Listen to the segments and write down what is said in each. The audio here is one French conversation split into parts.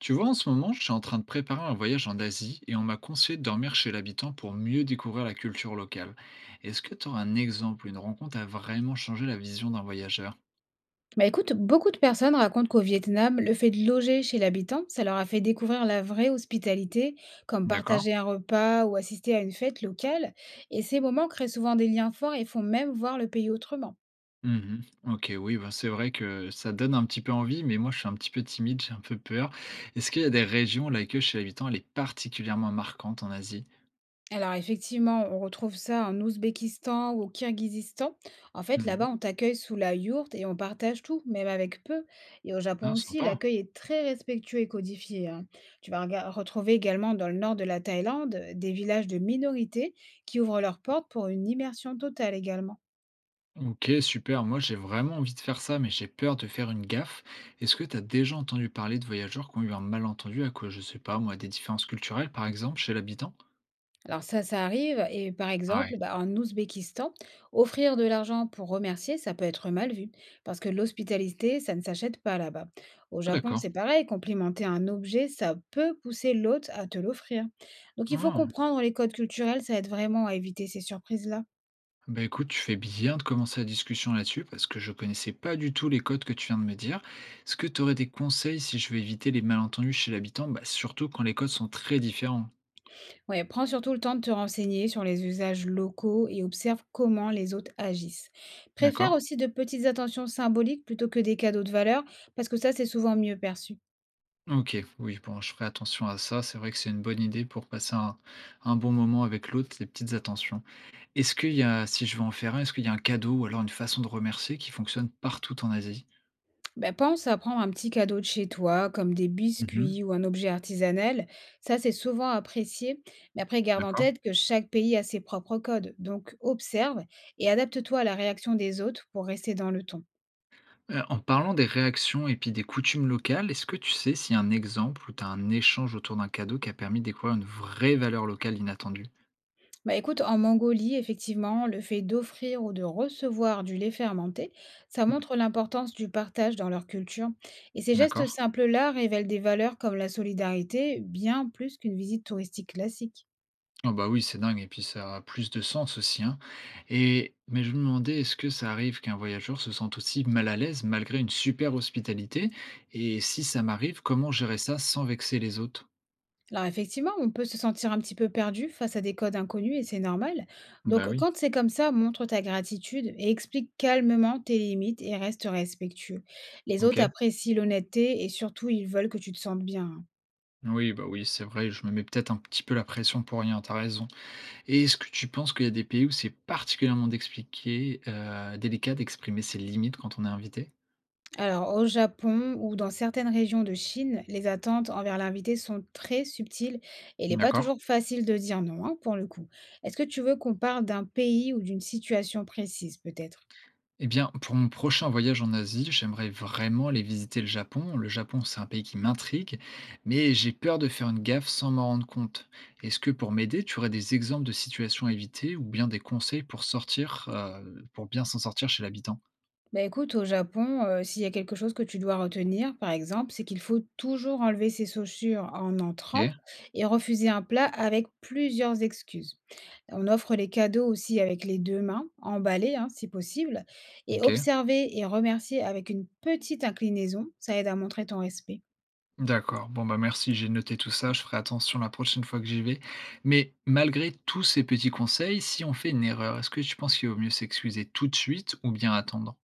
Tu vois, en ce moment, je suis en train de préparer un voyage en Asie et on m'a conseillé de dormir chez l'habitant pour mieux découvrir la culture locale. Est-ce que tu auras un exemple, une rencontre a vraiment changé la vision d'un voyageur? Bah écoute, beaucoup de personnes racontent qu'au Vietnam, le fait de loger chez l'habitant, ça leur a fait découvrir la vraie hospitalité, comme D'accord. partager un repas ou assister à une fête locale. Et ces moments créent souvent des liens forts et font même voir le pays autrement. Mhm. Ok, oui, bah, c'est vrai que ça donne un petit peu envie, mais moi je suis un petit peu timide, j'ai un peu peur. Est-ce qu'il y a des régions où l'accueil chez l'habitant elle est particulièrement marquante en Asie? Alors effectivement, on retrouve ça en Ouzbékistan ou au Kirghizistan. En fait, là-bas, on Mhm. t'accueille sous la yourte et on partage tout, même avec peu. Et au Ah, Japon aussi, sympa. l'accueil est très respectueux et codifié, hein. Tu vas retrouver également dans le nord de la Thaïlande des villages de minorités qui ouvrent leurs portes pour une immersion totale également. Ok, super. Moi, j'ai vraiment envie de faire ça, mais j'ai peur de faire une gaffe. Est-ce que tu as déjà entendu parler de voyageurs qui ont eu un malentendu à cause, je sais pas, moi, des différences culturelles, par exemple, chez l'habitant? Alors ça arrive et par Ah ouais. exemple, bah, en Ouzbékistan, offrir de l'argent pour remercier, ça peut être mal vu parce que l'hospitalité, ça ne s'achète pas là-bas. Au Ah, Japon, d'accord. c'est pareil, complimenter un objet, ça peut pousser l'hôte à te l'offrir. Donc il faut Ah. comprendre les codes culturels, ça aide vraiment à éviter ces surprises-là. Bah écoute, tu fais bien de commencer la discussion là-dessus parce que je connaissais pas du tout les codes que tu viens de me dire. Est-ce que tu aurais des conseils si je veux éviter les malentendus chez l'habitant? Bah, surtout quand les codes sont très différents. Ouais, prends surtout le temps de te renseigner sur les usages locaux et observe comment les autres agissent. Préfère D'accord? aussi de petites attentions symboliques plutôt que des cadeaux de valeur parce que ça, c'est souvent mieux perçu. Ok, oui, bon, je ferai attention à ça. C'est vrai que c'est une bonne idée pour passer un bon moment avec l'autre, les petites attentions. Est-ce qu'il y a si je veux en faire un, est-ce qu'il y a un cadeau ou alors une façon de remercier qui fonctionne partout en Asie? Bah, pense à prendre un petit cadeau de chez toi, comme des Mmh. biscuits ou un objet artisanal. Ça, c'est souvent apprécié. Mais après, garde en D'accord. tête que chaque pays a ses propres codes. Donc, observe et adapte-toi à la réaction des autres pour rester dans le ton. En parlant des réactions et puis des coutumes locales, est-ce que tu sais s'il y a un exemple où tu as un échange autour d'un cadeau qui a permis de découvrir une vraie valeur locale inattendue? Bah, écoute, en Mongolie, effectivement, le fait d'offrir ou de recevoir du lait fermenté, ça Mmh. montre l'importance du partage dans leur culture. Et ces gestes D'accord. simples-là révèlent des valeurs comme la solidarité, bien plus qu'une visite touristique classique. Oh bah, oui, c'est dingue et puis ça a plus de sens aussi, hein, et mais je me demandais, est-ce que ça arrive qu'un voyageur se sente aussi mal à l'aise malgré une super hospitalité? Et si ça m'arrive, comment gérer ça sans vexer les autres? Alors effectivement, on peut se sentir un petit peu perdu face à des codes inconnus et c'est normal. Bah, Donc oui, quand c'est comme ça, montre ta gratitude et explique calmement tes limites et reste respectueux. Les autres OK. apprécient l'honnêteté et surtout ils veulent que tu te sentes bien, hein. Oui, bah oui, c'est vrai, je me mets peut-être un petit peu la pression pour rien, t'as raison. Et est-ce que tu penses qu'il y a des pays où c'est particulièrement d'expliquer, délicat d'exprimer ses limites quand on est invité? Alors, au Japon ou dans certaines régions de Chine, les attentes envers l'invité sont très subtiles et il n'est pas D'accord. toujours facile de dire non, hein, pour le coup. Est-ce que tu veux qu'on parle d'un pays ou d'une situation précise, peut-être? Eh bien, pour mon prochain voyage en Asie, j'aimerais vraiment aller visiter le Japon. Le Japon, c'est un pays qui m'intrigue, mais j'ai peur de faire une gaffe sans m'en rendre compte. Est-ce que pour m'aider, tu aurais des exemples de situations à éviter ou bien des conseils pour sortir, pour bien s'en sortir chez l'habitant? Bah, écoute, au Japon, s'il y a quelque chose que tu dois retenir, par exemple, c'est qu'il faut toujours enlever ses chaussures en entrant Ok, et refuser un plat avec plusieurs excuses. On offre les cadeaux aussi avec les 2 mains, emballés, hein, si possible, et ok. observer et remercier avec une petite inclinaison, ça aide à montrer ton respect. D'accord. Bon, bah, merci, j'ai noté tout ça, je ferai attention la prochaine fois que j'y vais. Mais malgré tous ces petits conseils, si on fait une erreur, est-ce que tu penses qu'il vaut mieux s'excuser tout de suite ou bien attendre?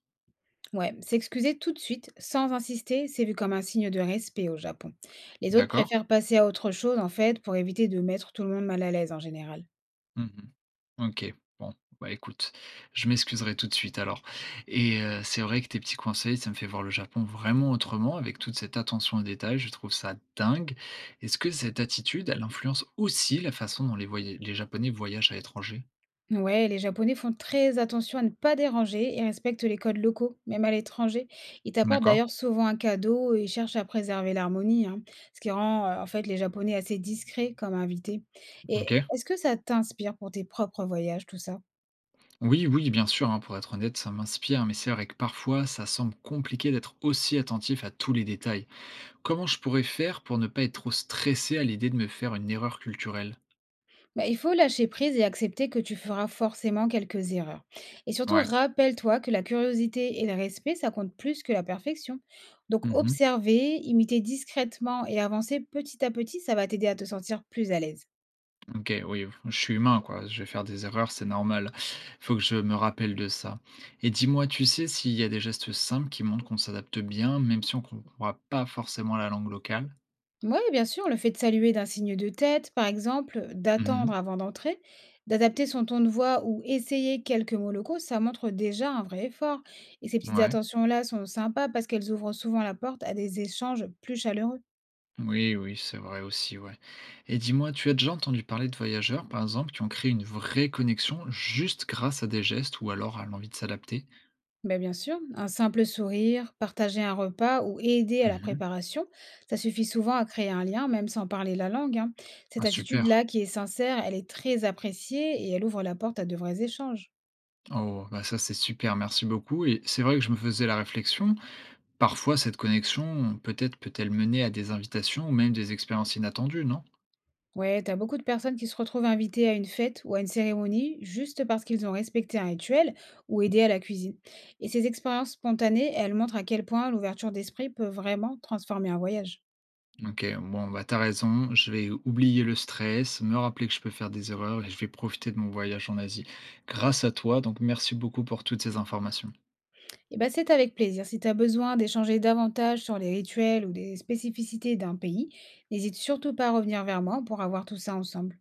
Ouais, s'excuser tout de suite, sans insister, c'est vu comme un signe de respect au Japon. Les autres D'accord? préfèrent passer à autre chose, en fait, pour éviter de mettre tout le monde mal à l'aise en général. Mhm. Ok. Bon, bah écoute, je m'excuserai tout de suite alors. Et c'est vrai que tes petits conseils, ça me fait voir le Japon vraiment autrement, avec toute cette attention aux détails, je trouve ça dingue. Est-ce que cette attitude, elle influence aussi la façon dont les Japonais voyagent à l'étranger? Ouais, les Japonais font très attention à ne pas déranger et respectent les codes locaux, même à l'étranger. Ils t'apportent D'accord? d'ailleurs souvent un cadeau et cherchent à préserver l'harmonie, hein, ce qui rend en fait les Japonais assez discrets comme invités. Et Ok. est-ce que ça t'inspire pour tes propres voyages, tout ça? Oui, oui, bien sûr, hein, pour être honnête, ça m'inspire, mais c'est vrai que parfois, ça semble compliqué d'être aussi attentif à tous les détails. Comment je pourrais faire pour ne pas être trop stressé à l'idée de me faire une erreur culturelle? Bah, il faut lâcher prise et accepter que tu feras forcément quelques erreurs. Et surtout, Ouais. rappelle-toi que la curiosité et le respect, ça compte plus que la perfection. Donc, Mhm. observer, imiter discrètement et avancer petit à petit, ça va t'aider à te sentir plus à l'aise. Ok, oui, je suis humain, quoi. Je vais faire des erreurs, c'est normal. Faut que je me rappelle de ça. Et dis-moi, tu sais s'il y a des gestes simples qui montrent qu'on s'adapte bien, même si on ne comprend pas forcément la langue locale? Oui, bien sûr, le fait de saluer d'un signe de tête, par exemple, Mhm. d'attendre avant d'entrer, d'adapter son ton de voix ou essayer quelques mots locaux, ça montre déjà un vrai effort. Et ces petites Ouais. attentions-là sont sympas parce qu'elles ouvrent souvent la porte à des échanges plus chaleureux. Oui, oui, c'est vrai aussi, ouais. Et dis-moi, tu as déjà entendu parler de voyageurs, par exemple, qui ont créé une vraie connexion juste grâce à des gestes ou alors à l'envie de s'adapter? Mais bien sûr, un simple sourire, partager un repas ou aider à la Mhm. préparation, ça suffit souvent à créer un lien, même sans parler la langue, hein. Cette Ah, super. attitude-là qui est sincère, elle est très appréciée et elle ouvre la porte à de vrais échanges. Oh, bah ça c'est super, merci beaucoup. Et c'est vrai que je me faisais la réflexion, parfois cette connexion peut-être peut-elle mener à des invitations ou même des expériences inattendues, non? Ouais, t'as beaucoup de personnes qui se retrouvent invitées à une fête ou à une cérémonie juste parce qu'ils ont respecté un rituel ou aidé à la cuisine. Et ces expériences spontanées, elles montrent à quel point l'ouverture d'esprit peut vraiment transformer un voyage. Ok, bon, bah t'as raison, je vais oublier le stress, me rappeler que je peux faire des erreurs et je vais profiter de mon voyage en Asie. Grâce à toi, donc merci beaucoup pour toutes ces informations. Et ben c'est avec plaisir. Si t'as besoin d'échanger davantage sur les rituels ou les spécificités d'un pays, n'hésite surtout pas à revenir vers moi pour avoir tout ça ensemble.